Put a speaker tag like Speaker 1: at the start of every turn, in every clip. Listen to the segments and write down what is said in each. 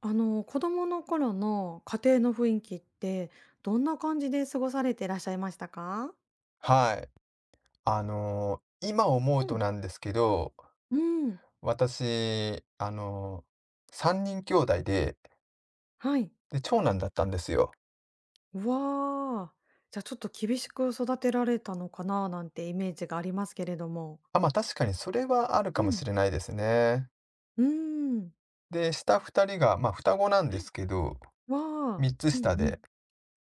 Speaker 1: あの、子供の頃の家庭の雰囲気って、どんな感じで過ごされていらっしゃいましたか？
Speaker 2: はい。今思う
Speaker 1: う
Speaker 2: と
Speaker 1: ん。
Speaker 2: なんですけど、
Speaker 1: うん、
Speaker 2: 私、3人兄弟で、
Speaker 1: はい。
Speaker 2: 長男だったんですよ。
Speaker 1: うわあ、じゃ、ちょっと厳しく育てられたのかななんてイメージがありますけれども。
Speaker 2: あ、まあ確かにそれはあるか
Speaker 1: う
Speaker 2: もし
Speaker 1: ん。
Speaker 2: れないですね。
Speaker 1: うーん。
Speaker 2: で、下2人が、まあ双子なんで
Speaker 1: はい。
Speaker 2: すけど、
Speaker 1: わあ、
Speaker 2: 3つ
Speaker 1: うん
Speaker 2: 下
Speaker 1: うん。
Speaker 2: で。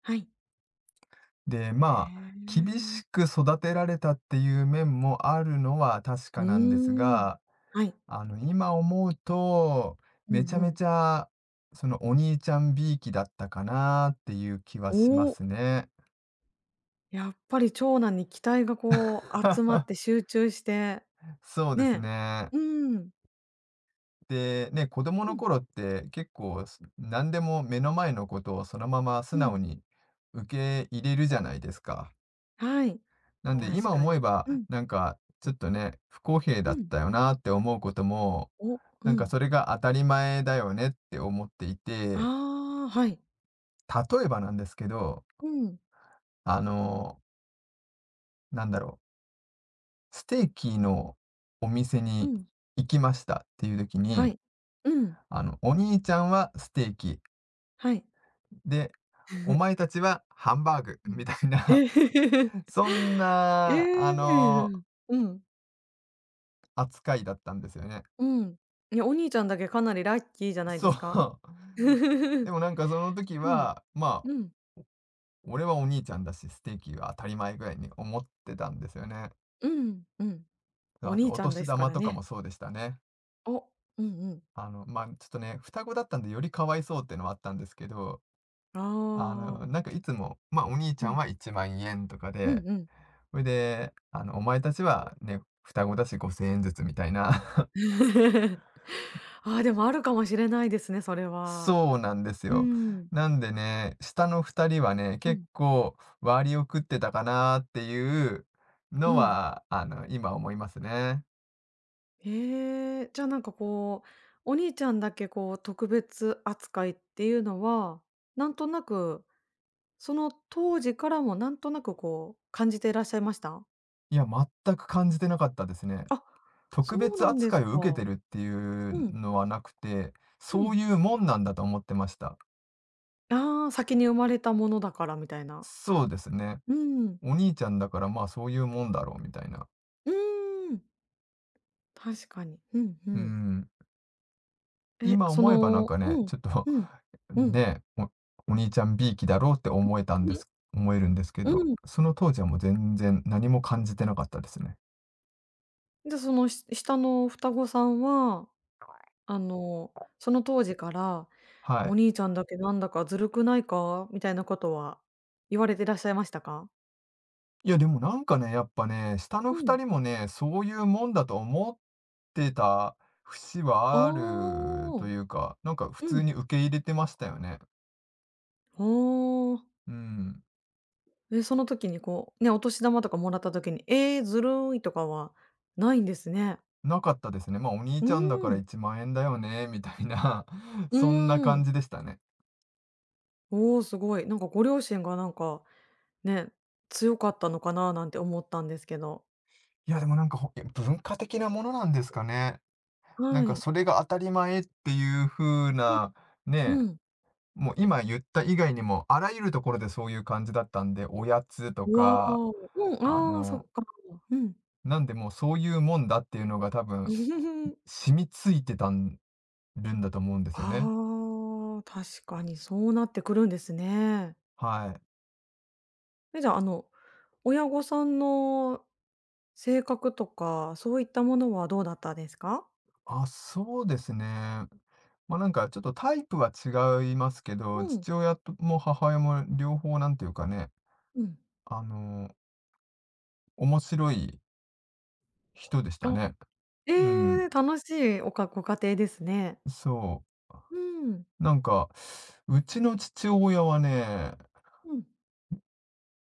Speaker 1: はい。
Speaker 2: で、
Speaker 1: へ
Speaker 2: まあ、厳
Speaker 1: え。
Speaker 2: しく育てられたっていう面もあるのは確
Speaker 1: う
Speaker 2: かなんです
Speaker 1: ーん。
Speaker 2: が、
Speaker 1: はい。
Speaker 2: 今思うと、
Speaker 1: うん
Speaker 2: めちゃ
Speaker 1: う
Speaker 2: め
Speaker 1: ん。
Speaker 2: ちゃ、そのお兄ちゃんびいきだったかなっていう気はしま
Speaker 1: おお、
Speaker 2: すね。
Speaker 1: やっぱり長男に期待がこう集まって 集中して、
Speaker 2: そうです
Speaker 1: ね。
Speaker 2: ね。
Speaker 1: うん。
Speaker 2: で、ね、子供
Speaker 1: う
Speaker 2: の
Speaker 1: ん。
Speaker 2: 頃って結構何でも目の前のことをそのまま素
Speaker 1: う
Speaker 2: 直
Speaker 1: ん
Speaker 2: に受け入れるじゃないですか。
Speaker 1: はい、
Speaker 2: なんで、
Speaker 1: 確
Speaker 2: 今
Speaker 1: か
Speaker 2: 思え
Speaker 1: に。う
Speaker 2: ば、
Speaker 1: ん。
Speaker 2: なんか、ちょっとね、不公平だ
Speaker 1: う
Speaker 2: っ
Speaker 1: ん。
Speaker 2: たよなって思うことも、
Speaker 1: お、う
Speaker 2: なんか
Speaker 1: ん。
Speaker 2: それが当たり前だよねって思っていて、
Speaker 1: ああ、はい。
Speaker 2: 例えばなんですけど、
Speaker 1: うん、
Speaker 2: あの、なんだろう、ステーキのお店
Speaker 1: う
Speaker 2: に
Speaker 1: ん、
Speaker 2: 行きましたっていう時
Speaker 1: は
Speaker 2: に、
Speaker 1: い。うん、
Speaker 2: あの、お兄ちゃんはステーキ、
Speaker 1: はい。
Speaker 2: で、お前 たちはハンバーグ
Speaker 1: う
Speaker 2: み
Speaker 1: ん。
Speaker 2: たいな、
Speaker 1: ええ。
Speaker 2: そん
Speaker 1: え
Speaker 2: な、
Speaker 1: え、うんうん。うん、うんうんはいうんはいうんえへええうんうん
Speaker 2: 扱いだったんですよね。
Speaker 1: うん、いや、お兄ちゃんだけかなりラッキーじゃない
Speaker 2: そ
Speaker 1: ですか？
Speaker 2: う。でもな
Speaker 1: う
Speaker 2: んかその時
Speaker 1: ん、
Speaker 2: は、まあ、
Speaker 1: うん、
Speaker 2: 俺はお兄ちゃんだし、ステーキは当たり前ぐらいに思ってたんですよね。
Speaker 1: うん、うん。お
Speaker 2: あと、
Speaker 1: 兄ち
Speaker 2: お
Speaker 1: ゃんで
Speaker 2: 年
Speaker 1: すか
Speaker 2: 玉
Speaker 1: ら
Speaker 2: とか
Speaker 1: ね。
Speaker 2: もそうでしたね。
Speaker 1: お、うんうん。
Speaker 2: まあ、ちょっとね、双子だったんでよりかわいそうっていうのはあったんですけど、
Speaker 1: ああ。
Speaker 2: なんかいつも、まあ、お兄ち
Speaker 1: う
Speaker 2: ゃん
Speaker 1: ん、
Speaker 2: は1万円とか
Speaker 1: う
Speaker 2: で、
Speaker 1: んうん
Speaker 2: それで、お前たちはね、双子だし5000円ずつみたいな。
Speaker 1: ああ、でもあるかもしれないですね、それは。
Speaker 2: そうなんです
Speaker 1: う
Speaker 2: よ。
Speaker 1: ん、
Speaker 2: なんでね、下の2人はね、
Speaker 1: う
Speaker 2: 結
Speaker 1: ん。
Speaker 2: 構割を食ってたかなっていう
Speaker 1: う
Speaker 2: の
Speaker 1: ん。
Speaker 2: は、今思いますね。
Speaker 1: へえ、じゃあなんかこう、お兄ちゃんだけこう特別扱いっていうのは、なんとなく、その当時からもなんとなくこう感じていらっしゃいました？
Speaker 2: いや、全く感じてなかったですね。
Speaker 1: あ、
Speaker 2: 特
Speaker 1: そう
Speaker 2: 別
Speaker 1: なんで
Speaker 2: 扱
Speaker 1: す
Speaker 2: い
Speaker 1: か。
Speaker 2: を受けてるってい
Speaker 1: う
Speaker 2: う
Speaker 1: ん、
Speaker 2: のはなくて、
Speaker 1: う
Speaker 2: そう
Speaker 1: ん。
Speaker 2: いうもんなんだと思ってました。
Speaker 1: ああ、先に生まれたものだからみたいな。
Speaker 2: そうですね。
Speaker 1: うん、
Speaker 2: お兄ちゃんだから、まあ、そういうもんだろうみたいな。
Speaker 1: うーん、確かに。うん、う
Speaker 2: う
Speaker 1: ん。
Speaker 2: ん。
Speaker 1: え、
Speaker 2: 今
Speaker 1: そ
Speaker 2: 思えばなん
Speaker 1: の
Speaker 2: かね、
Speaker 1: うん、
Speaker 2: ちょっと
Speaker 1: うん、うん、
Speaker 2: ね、お兄ちゃんびいきだろうって
Speaker 1: うん。
Speaker 2: 思えるんですけど、その当時はもう全然何も感じてなかったですね。
Speaker 1: じゃ、その、し下の双子さんはあの、その当時から、
Speaker 2: は
Speaker 1: 「お
Speaker 2: い。
Speaker 1: 兄ちゃんだけなんだかずるくないか？」みたいなことは言われてらっしゃいましたか？
Speaker 2: いやでもなんかね、やっぱね、下の
Speaker 1: う
Speaker 2: 2
Speaker 1: ん。
Speaker 2: 人もね、そういうもんだと思ってた節
Speaker 1: あ
Speaker 2: はあると
Speaker 1: あ。
Speaker 2: いうか、なんか普
Speaker 1: う
Speaker 2: 通
Speaker 1: ん。
Speaker 2: に受け入れてましたよね。
Speaker 1: はあ。
Speaker 2: うん。
Speaker 1: え、その時にこう、ね、お年玉とかもらった時に、「えーずるい」とかはないんですね。
Speaker 2: なかったですね。まあお兄
Speaker 1: う
Speaker 2: ちゃんだから
Speaker 1: ーん。
Speaker 2: 1万円だよね、みたいな、
Speaker 1: う
Speaker 2: そんな
Speaker 1: ー
Speaker 2: 感
Speaker 1: ん。
Speaker 2: じでしたね。
Speaker 1: おお、すごい。なんかご両親がなんか、ね、強かったのかななんて思ったんですけど。
Speaker 2: いや、でもなんか、文化的なものなんですかね。なん
Speaker 1: は
Speaker 2: か
Speaker 1: い。
Speaker 2: それが当たり前っていう風
Speaker 1: うん、
Speaker 2: な、ね、
Speaker 1: うん。
Speaker 2: もう今言った以外にも、あらゆるところでそういう感じだったんで、おやつと
Speaker 1: うわ
Speaker 2: か、
Speaker 1: あ。うん、
Speaker 2: あ
Speaker 1: ああ、そっ
Speaker 2: の、
Speaker 1: か。うん。
Speaker 2: なんでもうそういうもんだっていうのが多分 染みついてたるんだと思うんですよね。
Speaker 1: ああ、確かにそうなってくるんですね。
Speaker 2: はい。
Speaker 1: え、じゃあ、親御さんの性格とか、そういったものはどうだったですか？
Speaker 2: あ、そうですね。ま、なんかちょっとタイプは違いますけど、
Speaker 1: うん、
Speaker 2: 父親とも母親も両方なんていうかね、
Speaker 1: うん。
Speaker 2: あの、面白い人でした
Speaker 1: あ、
Speaker 2: ね。
Speaker 1: え
Speaker 2: うん、
Speaker 1: ー楽しいおかご家庭ですね。
Speaker 2: そう。
Speaker 1: うん、
Speaker 2: なんか、うちの父親はね、
Speaker 1: うん、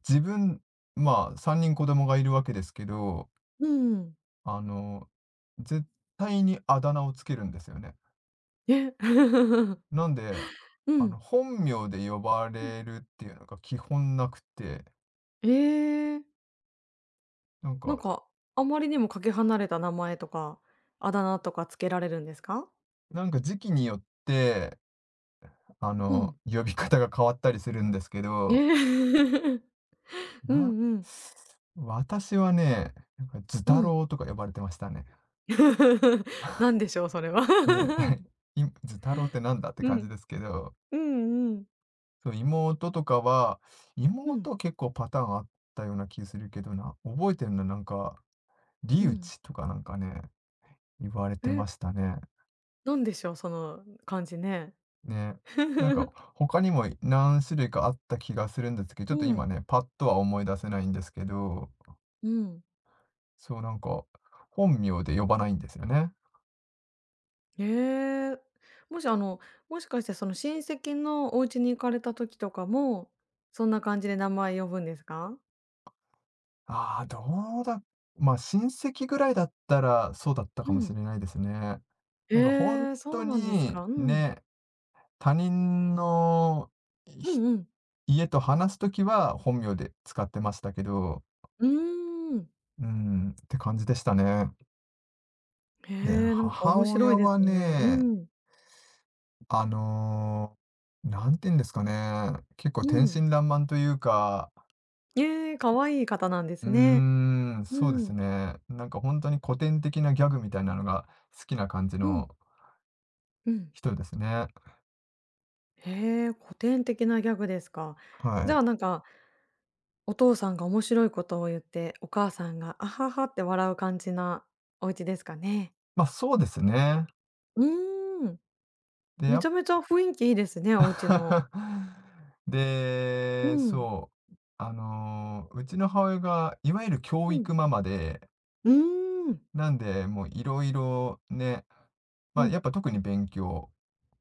Speaker 2: 自分まあ、3人子供がいるわけですけど、
Speaker 1: うん。
Speaker 2: あの、絶対にあだ名をつけるんですよね。
Speaker 1: え。
Speaker 2: なんで、
Speaker 1: うん、
Speaker 2: 本名で呼ば
Speaker 1: うん。
Speaker 2: れるっていうのが基本なくて、
Speaker 1: えー、
Speaker 2: なん
Speaker 1: なん
Speaker 2: か
Speaker 1: か、あまりにもかけ離れた名前とか、あだ名とかつけられるんですか？
Speaker 2: なんか時期によって、
Speaker 1: うん。
Speaker 2: 呼び方が変わったりするんですけ
Speaker 1: え
Speaker 2: ど、
Speaker 1: え。う
Speaker 2: な
Speaker 1: んうん。
Speaker 2: 私はね、なんかズ
Speaker 1: う
Speaker 2: タロ
Speaker 1: ん。
Speaker 2: ウとか呼ばれてましたね。
Speaker 1: なんでしょう、それは。
Speaker 2: ね、いず太郎ってなんだって
Speaker 1: う
Speaker 2: 感じ
Speaker 1: ん。
Speaker 2: ですけど、
Speaker 1: うんうん。
Speaker 2: そう、妹とかは、
Speaker 1: うん。
Speaker 2: 妹結構パターンあったような気するけどな、覚えてるのなんか、
Speaker 1: う
Speaker 2: リウ
Speaker 1: ん。
Speaker 2: チとかなんかね、言われて
Speaker 1: え、
Speaker 2: ましたね。
Speaker 1: なんでしょう、その感じね。
Speaker 2: ね。なんか 他にも何種類かあった気がするんですけど、ちょ
Speaker 1: う
Speaker 2: っと今
Speaker 1: ん。
Speaker 2: ね、パッとは思い出せないんですけど、
Speaker 1: うん。
Speaker 2: そうなんか、本名で呼ばないんですよね。
Speaker 1: えー。もし、もしかしてその親戚のお家に行かれた時とかも、そんな感じで名前呼ぶんですか？
Speaker 2: ああ、どうだま、親戚ぐらいだったら、そうだったか
Speaker 1: う
Speaker 2: もし
Speaker 1: ん。
Speaker 2: れないですね。
Speaker 1: え
Speaker 2: なんか本
Speaker 1: ーそ
Speaker 2: 当
Speaker 1: うなんです
Speaker 2: に、
Speaker 1: か。うん。
Speaker 2: ね、他人の、
Speaker 1: う
Speaker 2: ひ
Speaker 1: んうん。
Speaker 2: 家と話すときは本名で使ってましたけど、
Speaker 1: うーん。
Speaker 2: うん、って感じでしたね。で、
Speaker 1: へなんか
Speaker 2: 母
Speaker 1: 面白い
Speaker 2: 親
Speaker 1: で
Speaker 2: は
Speaker 1: すね。う
Speaker 2: ね、
Speaker 1: ん。
Speaker 2: あの、んて言うんですかね、結構
Speaker 1: う
Speaker 2: 天
Speaker 1: ん。
Speaker 2: 真爛漫というか、
Speaker 1: ええ、可愛いい方なんで
Speaker 2: う
Speaker 1: すね。
Speaker 2: ーん、
Speaker 1: う
Speaker 2: そうです
Speaker 1: ん。
Speaker 2: ね、なんか本当に古典的なギャグみたいなのが好きな感じ
Speaker 1: う
Speaker 2: の
Speaker 1: ん。うん。
Speaker 2: 人ですね。
Speaker 1: へえ、古典的なギャグですか。じ
Speaker 2: は
Speaker 1: ゃ
Speaker 2: い。
Speaker 1: あなんか、お父さんが面白いことを言って、お母さんが、あははって笑う感じなお家ですかね？
Speaker 2: ま、そうですね。
Speaker 1: うーん、
Speaker 2: で、や
Speaker 1: め
Speaker 2: っ
Speaker 1: ちゃめちゃ雰囲気いいですね、お家の。う
Speaker 2: で、
Speaker 1: ん、
Speaker 2: そう、うちの母親がいわゆる教
Speaker 1: うん、
Speaker 2: 育ママで、
Speaker 1: うーん、
Speaker 2: なんで、もういろいろね、
Speaker 1: う
Speaker 2: ま、やっ
Speaker 1: ん、
Speaker 2: ぱ特に勉強、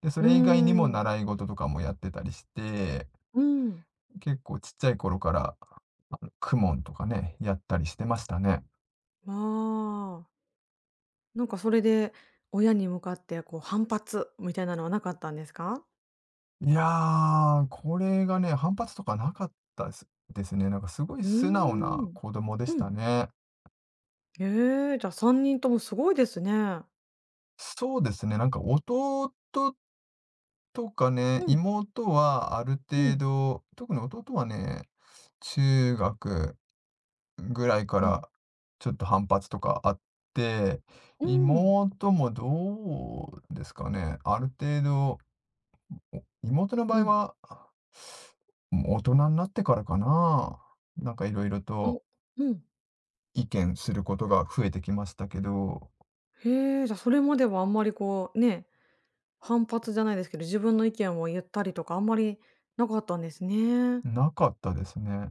Speaker 2: で、そ
Speaker 1: うー
Speaker 2: れ以外にも
Speaker 1: ん、
Speaker 2: 習い事とかもやってたりして、
Speaker 1: うん。
Speaker 2: 結構ちっちゃい頃から、公文とかね、やったりしてましたね。
Speaker 1: ああ、なんかそれで、親に向かってこう反発みたいなのはなかったんですか？
Speaker 2: いやー、これがね、反発とかなかったです。ですね。なんかすごい
Speaker 1: う
Speaker 2: 素直
Speaker 1: ー
Speaker 2: な
Speaker 1: ん、
Speaker 2: 子供でし
Speaker 1: う
Speaker 2: た
Speaker 1: ん。
Speaker 2: ね。
Speaker 1: へえ、じゃあ3人ともすごいですね。
Speaker 2: そうですね、なんか弟とかね、
Speaker 1: うん、
Speaker 2: 妹はある
Speaker 1: う
Speaker 2: 程
Speaker 1: ん。
Speaker 2: 度、特に弟はね、中学ぐらいか
Speaker 1: うん。
Speaker 2: らちょっと反発とかあって、
Speaker 1: うん。
Speaker 2: 妹もどうですかね、ある程度、妹の場
Speaker 1: う
Speaker 2: 合
Speaker 1: ん。
Speaker 2: は、もう大人になってからかな、なんかいろいろと
Speaker 1: お、うん。
Speaker 2: 意見することが増えてきましたけど、
Speaker 1: へえ、じゃ、それまではあんまりこう、ね、反発じゃないですけど、自分の意見を言ったりとかあんまりなかったんですね。
Speaker 2: なかったですね。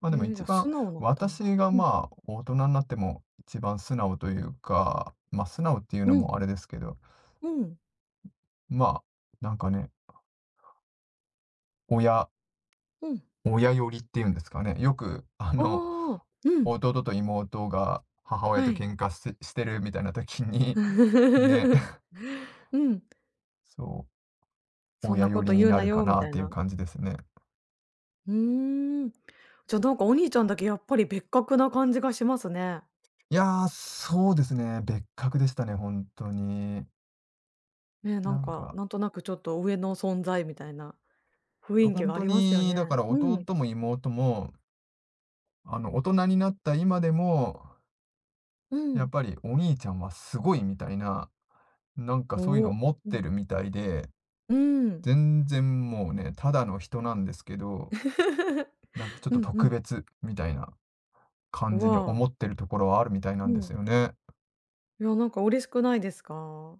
Speaker 2: ま、で
Speaker 1: へ
Speaker 2: も
Speaker 1: え、じ
Speaker 2: 一
Speaker 1: ゃ、
Speaker 2: 番、
Speaker 1: 素直だったんだ。
Speaker 2: 私が、
Speaker 1: うん。
Speaker 2: まあ、大人になっても一番素直というか、ま、素直っていうの
Speaker 1: うん。
Speaker 2: もあれですけど、
Speaker 1: うん。
Speaker 2: まあ、なんかね、親
Speaker 1: うん。
Speaker 2: 親寄りっていうんですかね。よく、
Speaker 1: ああ、うん。
Speaker 2: 弟と妹が母親と
Speaker 1: はい。
Speaker 2: 喧嘩ししてるみたいな時に、ね、
Speaker 1: うん。
Speaker 2: そう、
Speaker 1: そん
Speaker 2: 親
Speaker 1: な
Speaker 2: 寄
Speaker 1: こと
Speaker 2: りに
Speaker 1: 言う
Speaker 2: な
Speaker 1: な
Speaker 2: るか
Speaker 1: よみ
Speaker 2: な
Speaker 1: た
Speaker 2: っ
Speaker 1: い
Speaker 2: ていう
Speaker 1: な。
Speaker 2: 感じですね。
Speaker 1: うーん。じゃ、なんかお兄ちゃんだけやっぱり別格な感じがしますね。
Speaker 2: いやー、そうですね、別格でしたね、本当に。
Speaker 1: ね、なん
Speaker 2: なん
Speaker 1: か、
Speaker 2: か、
Speaker 1: なんとなくちょっと上の存在みたいな。雰囲気
Speaker 2: 本
Speaker 1: があ
Speaker 2: 当
Speaker 1: りますよ
Speaker 2: にだ
Speaker 1: ね。
Speaker 2: から
Speaker 1: うん。
Speaker 2: 弟も妹も、大人になった今でも、
Speaker 1: う
Speaker 2: やっ
Speaker 1: ん。
Speaker 2: ぱりお兄ちゃんはすごいみたいな、なんかそういう
Speaker 1: お
Speaker 2: のを
Speaker 1: お。
Speaker 2: 持っ
Speaker 1: う
Speaker 2: て
Speaker 1: ん。
Speaker 2: るみたいで、
Speaker 1: うーん。
Speaker 2: 全然もうね、ただの人なんですけど、なんかちょっ
Speaker 1: う
Speaker 2: と
Speaker 1: んう
Speaker 2: 特
Speaker 1: ん。
Speaker 2: 別みたいな感じに
Speaker 1: わ
Speaker 2: 思ってるところはあるみ
Speaker 1: うんうんうんうんわあ
Speaker 2: たいなんで
Speaker 1: う
Speaker 2: す
Speaker 1: ん、
Speaker 2: よね。
Speaker 1: いや、なんか嬉しくないですか？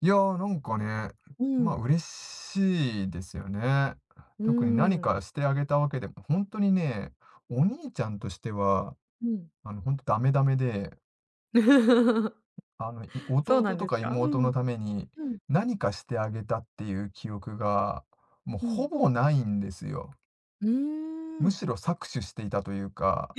Speaker 2: いやー、なんかね、
Speaker 1: う
Speaker 2: まあ、
Speaker 1: ん。
Speaker 2: 嬉しいですよね。
Speaker 1: う
Speaker 2: 特に何
Speaker 1: ん。
Speaker 2: かしてあげたわけでも、本当にね、お兄ちゃんとしては
Speaker 1: うん。
Speaker 2: あの、ほんとダメダメで、あの、
Speaker 1: そう
Speaker 2: 弟
Speaker 1: なん
Speaker 2: と
Speaker 1: です
Speaker 2: か
Speaker 1: か？う
Speaker 2: 妹の
Speaker 1: ん。
Speaker 2: ために
Speaker 1: うん、
Speaker 2: 何かしてあげたっていう記憶が、もう
Speaker 1: う
Speaker 2: ほ
Speaker 1: ん。
Speaker 2: ぼないんですよ。
Speaker 1: うー
Speaker 2: む
Speaker 1: ん。
Speaker 2: しろ搾取していたというか、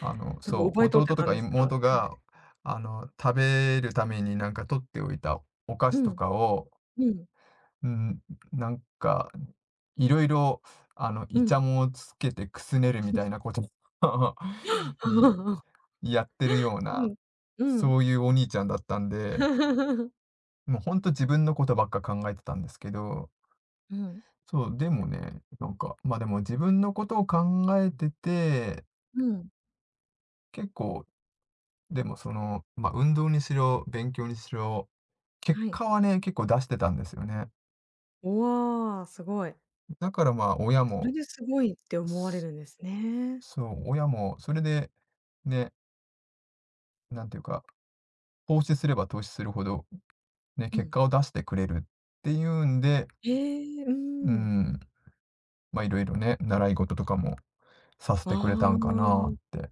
Speaker 2: あの、
Speaker 1: なんか
Speaker 2: そう、
Speaker 1: 奪い取っ
Speaker 2: 弟
Speaker 1: て
Speaker 2: と
Speaker 1: たん
Speaker 2: か
Speaker 1: ですか？
Speaker 2: 妹が、食べるためになんか取っておいたお菓
Speaker 1: う
Speaker 2: 子と
Speaker 1: ん。
Speaker 2: かを、
Speaker 1: うん、
Speaker 2: うん、なんか、いろいろ、
Speaker 1: う
Speaker 2: イチ
Speaker 1: ん。
Speaker 2: ャモンをつけてくすねるみたいなことを いやってるよう
Speaker 1: う
Speaker 2: な、
Speaker 1: ん。うん。
Speaker 2: そういうお兄ちゃんだったんで もうほんと自分のことばっか考えてたんですけど、
Speaker 1: うん、
Speaker 2: そう、でもね、なんか、ま、でも自分のことを考えてて、
Speaker 1: うん、
Speaker 2: 結構、でもその、ま、運動にしろ、勉強にしろ、結
Speaker 1: はい。
Speaker 2: 果はね、結構出してたんですよね。
Speaker 1: わあ、すごい。
Speaker 2: だから、ま、あ親
Speaker 1: それ
Speaker 2: も、
Speaker 1: ですごいって思われ
Speaker 2: す
Speaker 1: るんですね。
Speaker 2: そう、親もそれで、ね、なんていうか、投資すれば投資するほど、ね、
Speaker 1: う
Speaker 2: 結
Speaker 1: ん。
Speaker 2: 果を出してくれるっていうんで、
Speaker 1: ええ、う
Speaker 2: うー
Speaker 1: ん。
Speaker 2: ん、ま、色々ね、習い事とかもさせてくれた
Speaker 1: あ
Speaker 2: んかなっ
Speaker 1: あ。
Speaker 2: て、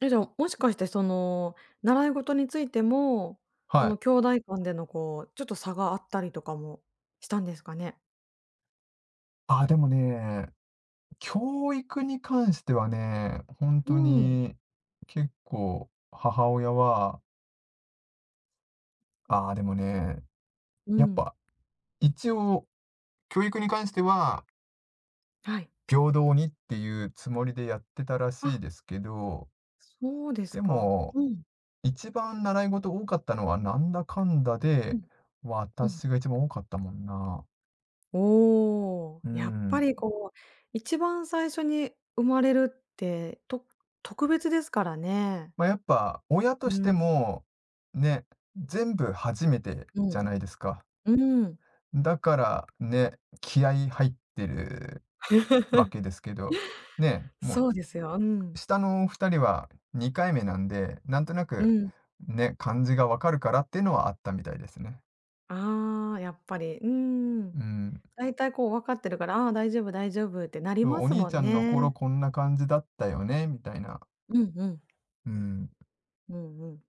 Speaker 1: え、じゃあ、もしかしてその、習い事についても、そ
Speaker 2: は
Speaker 1: の
Speaker 2: い。
Speaker 1: 兄弟間でのこう、ちょっと差があったりとかもしたんですかね？
Speaker 2: あ、でもね、教育に関してはね、本
Speaker 1: う
Speaker 2: 当
Speaker 1: ん、
Speaker 2: に結構母親は、ああ、でもね、
Speaker 1: う
Speaker 2: やっ
Speaker 1: ん、
Speaker 2: ぱ一応教育に関しては
Speaker 1: はい。
Speaker 2: 平等にっていうつもりでやってたらしい
Speaker 1: あ、
Speaker 2: ですけど、
Speaker 1: そうです
Speaker 2: で
Speaker 1: か。
Speaker 2: も、
Speaker 1: うん、
Speaker 2: 一番習い事多かったのはなんだかんだ
Speaker 1: う
Speaker 2: で、
Speaker 1: ん、うん。
Speaker 2: 私が一番多かったもんな。
Speaker 1: おお、
Speaker 2: う
Speaker 1: やっぱ
Speaker 2: ん。
Speaker 1: りこう、一番最初に生まれるって、と特別ですからね。
Speaker 2: まあ、やっぱ親と
Speaker 1: う
Speaker 2: して
Speaker 1: ん、
Speaker 2: も、ね、全部初めて
Speaker 1: う
Speaker 2: じゃ
Speaker 1: ん、
Speaker 2: ないですか。
Speaker 1: うん。
Speaker 2: だからね、気合い入ってるわ けですけど、ね、も
Speaker 1: そうで
Speaker 2: う
Speaker 1: すよ、うん。
Speaker 2: 下のお二人は2回目なんで、なんとな
Speaker 1: う
Speaker 2: く
Speaker 1: ん。
Speaker 2: ね、感じがわかるからっていうのはあったみたいですね。
Speaker 1: ああ、やっぱり、うーん。
Speaker 2: うん。
Speaker 1: 大体こう分かってるから、ああ、大丈夫大丈夫ってなり
Speaker 2: そう、
Speaker 1: ま
Speaker 2: お
Speaker 1: す
Speaker 2: 兄
Speaker 1: も
Speaker 2: ち
Speaker 1: ん
Speaker 2: ゃんの頃
Speaker 1: ね。
Speaker 2: こんな感じだったよね、みたいな。
Speaker 1: うんうん。
Speaker 2: うん。
Speaker 1: うんうん。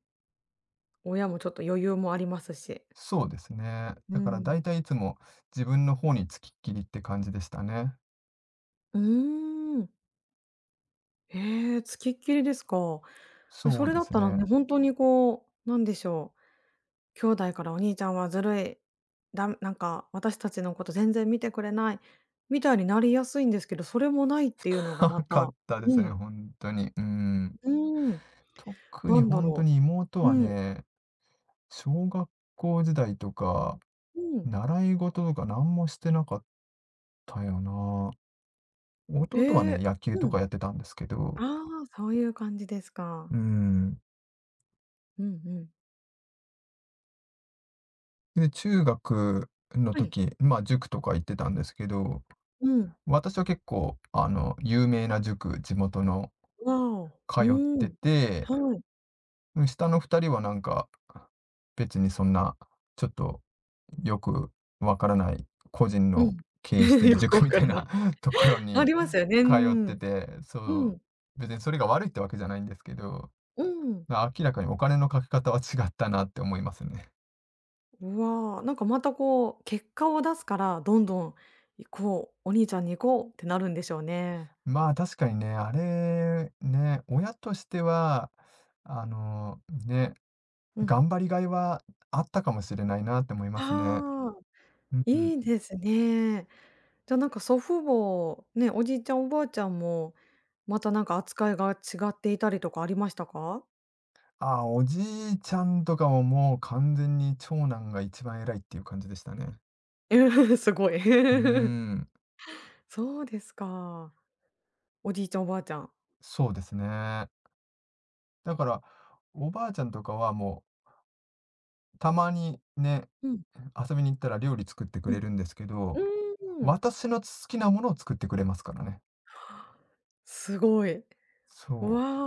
Speaker 1: 親もちょっと余裕もありますし。
Speaker 2: そうですね。
Speaker 1: う
Speaker 2: だからだい
Speaker 1: ん。
Speaker 2: たいいつも自分の方につきっきりって感じでしたね。
Speaker 1: うーん。ええ、付きっきりですか。
Speaker 2: そ
Speaker 1: そ
Speaker 2: う
Speaker 1: れ
Speaker 2: で
Speaker 1: だっ
Speaker 2: す
Speaker 1: たら
Speaker 2: ね。
Speaker 1: ね、ほんとにこう、なんでしょう、兄弟からお兄ちゃんはずるい、だなんか私たちのこと全然見てくれない、みたいになりやすいんですけど、それもないっていうの がま
Speaker 2: 高か
Speaker 1: た
Speaker 2: ったで
Speaker 1: う
Speaker 2: すね、
Speaker 1: ん、
Speaker 2: ほんとに。うん。
Speaker 1: うーん、
Speaker 2: 特
Speaker 1: な
Speaker 2: に
Speaker 1: ん
Speaker 2: ほ
Speaker 1: だ
Speaker 2: んと
Speaker 1: ろ
Speaker 2: に妹
Speaker 1: う。
Speaker 2: は
Speaker 1: うん、
Speaker 2: ね小学校時代とか、
Speaker 1: うん。
Speaker 2: 習い事とか何もしてなかったよな。弟は
Speaker 1: へ
Speaker 2: ね、
Speaker 1: え。
Speaker 2: 野球と
Speaker 1: うん。
Speaker 2: かやってたんですけど、
Speaker 1: ああ、そういう感じですか。
Speaker 2: うん。
Speaker 1: うんうん。
Speaker 2: で、中学の
Speaker 1: はい。
Speaker 2: 時、まあ塾とか行ってたんですけど、
Speaker 1: うん。
Speaker 2: 私は結構、有名な塾、地元の
Speaker 1: わお。
Speaker 2: 通
Speaker 1: う
Speaker 2: っ
Speaker 1: ー
Speaker 2: て
Speaker 1: ん。
Speaker 2: て、
Speaker 1: はい。
Speaker 2: うん、下の2人はなんか、別にそんな、ちょっとよくわからない個人
Speaker 1: う
Speaker 2: の
Speaker 1: ん。
Speaker 2: 経営してる
Speaker 1: よく
Speaker 2: 塾
Speaker 1: わ
Speaker 2: み
Speaker 1: か
Speaker 2: たい
Speaker 1: らな
Speaker 2: な
Speaker 1: い。
Speaker 2: ところ
Speaker 1: あ
Speaker 2: に
Speaker 1: りますよね。うー
Speaker 2: 通って
Speaker 1: ん。
Speaker 2: て、
Speaker 1: う
Speaker 2: そ
Speaker 1: ん。
Speaker 2: う、別にそれが悪いってわけじゃないんですけど、
Speaker 1: うん。
Speaker 2: ま、明らかにお金のかけ方は違ったなって思いますね。
Speaker 1: うわ、なんかまたこう、結果を出すから、どんどん「行こう、お兄ちゃんに行こう」ってなるんでしょうね。
Speaker 2: まあ、確かにね、あれ、ね、親としては、ね、
Speaker 1: うん。
Speaker 2: 頑張りがいはあったかもしれないなって思いますね。
Speaker 1: ああ、
Speaker 2: うんう
Speaker 1: い
Speaker 2: ん。
Speaker 1: いですね。じゃ、なんか祖父母、ね、おじいちゃんおばあちゃんも、またなんか扱いが違っていたりとかありましたか？
Speaker 2: ああ、おじいちゃんとかももう完全に長男が一番偉いっていう感じでしたね。
Speaker 1: うん、すごい。
Speaker 2: うー ん、
Speaker 1: そうですか。おじいちゃん、おばあちゃん。
Speaker 2: そうですね。だから、おばあちゃんとかはもう、たまにね、
Speaker 1: うん、
Speaker 2: 遊びに行ったら料理作ってく
Speaker 1: う
Speaker 2: れ
Speaker 1: ん。
Speaker 2: るんですけど、
Speaker 1: うーん、
Speaker 2: 私の好きなものを作ってくれますからね。
Speaker 1: すごい。う
Speaker 2: そ
Speaker 1: わ
Speaker 2: う。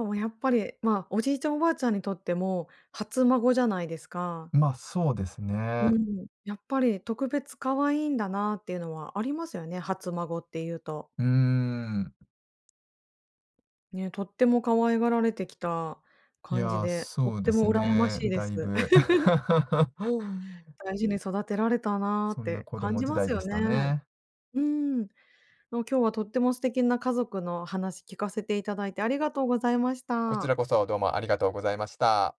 Speaker 1: あ、もうやっぱり、まあ、おじいちゃん、おばあちゃんにとっても初孫じゃないですか。
Speaker 2: まあ、そうです
Speaker 1: う
Speaker 2: ね。
Speaker 1: ん。やっぱり特別可愛いんだなっていうのはありますよね、初孫っていうと。
Speaker 2: うーん。
Speaker 1: ね、とっても可愛がられてきた
Speaker 2: い
Speaker 1: 感じ
Speaker 2: やー、
Speaker 1: で、とっ
Speaker 2: そうで
Speaker 1: て
Speaker 2: す
Speaker 1: も羨ま
Speaker 2: ね。
Speaker 1: しいで
Speaker 2: だ
Speaker 1: す。
Speaker 2: いぶ
Speaker 1: 大事に育てられたな
Speaker 2: そ
Speaker 1: っ
Speaker 2: んな
Speaker 1: て
Speaker 2: 子
Speaker 1: 感
Speaker 2: 供
Speaker 1: じ
Speaker 2: 時
Speaker 1: ま
Speaker 2: 代
Speaker 1: す
Speaker 2: で
Speaker 1: よ
Speaker 2: し
Speaker 1: ね。
Speaker 2: たね。
Speaker 1: うん。あの、今日はとっても素敵な家族の話聞かせていただいてありがとうございまし
Speaker 2: こち
Speaker 1: た。
Speaker 2: らこそどうもありがとうございました。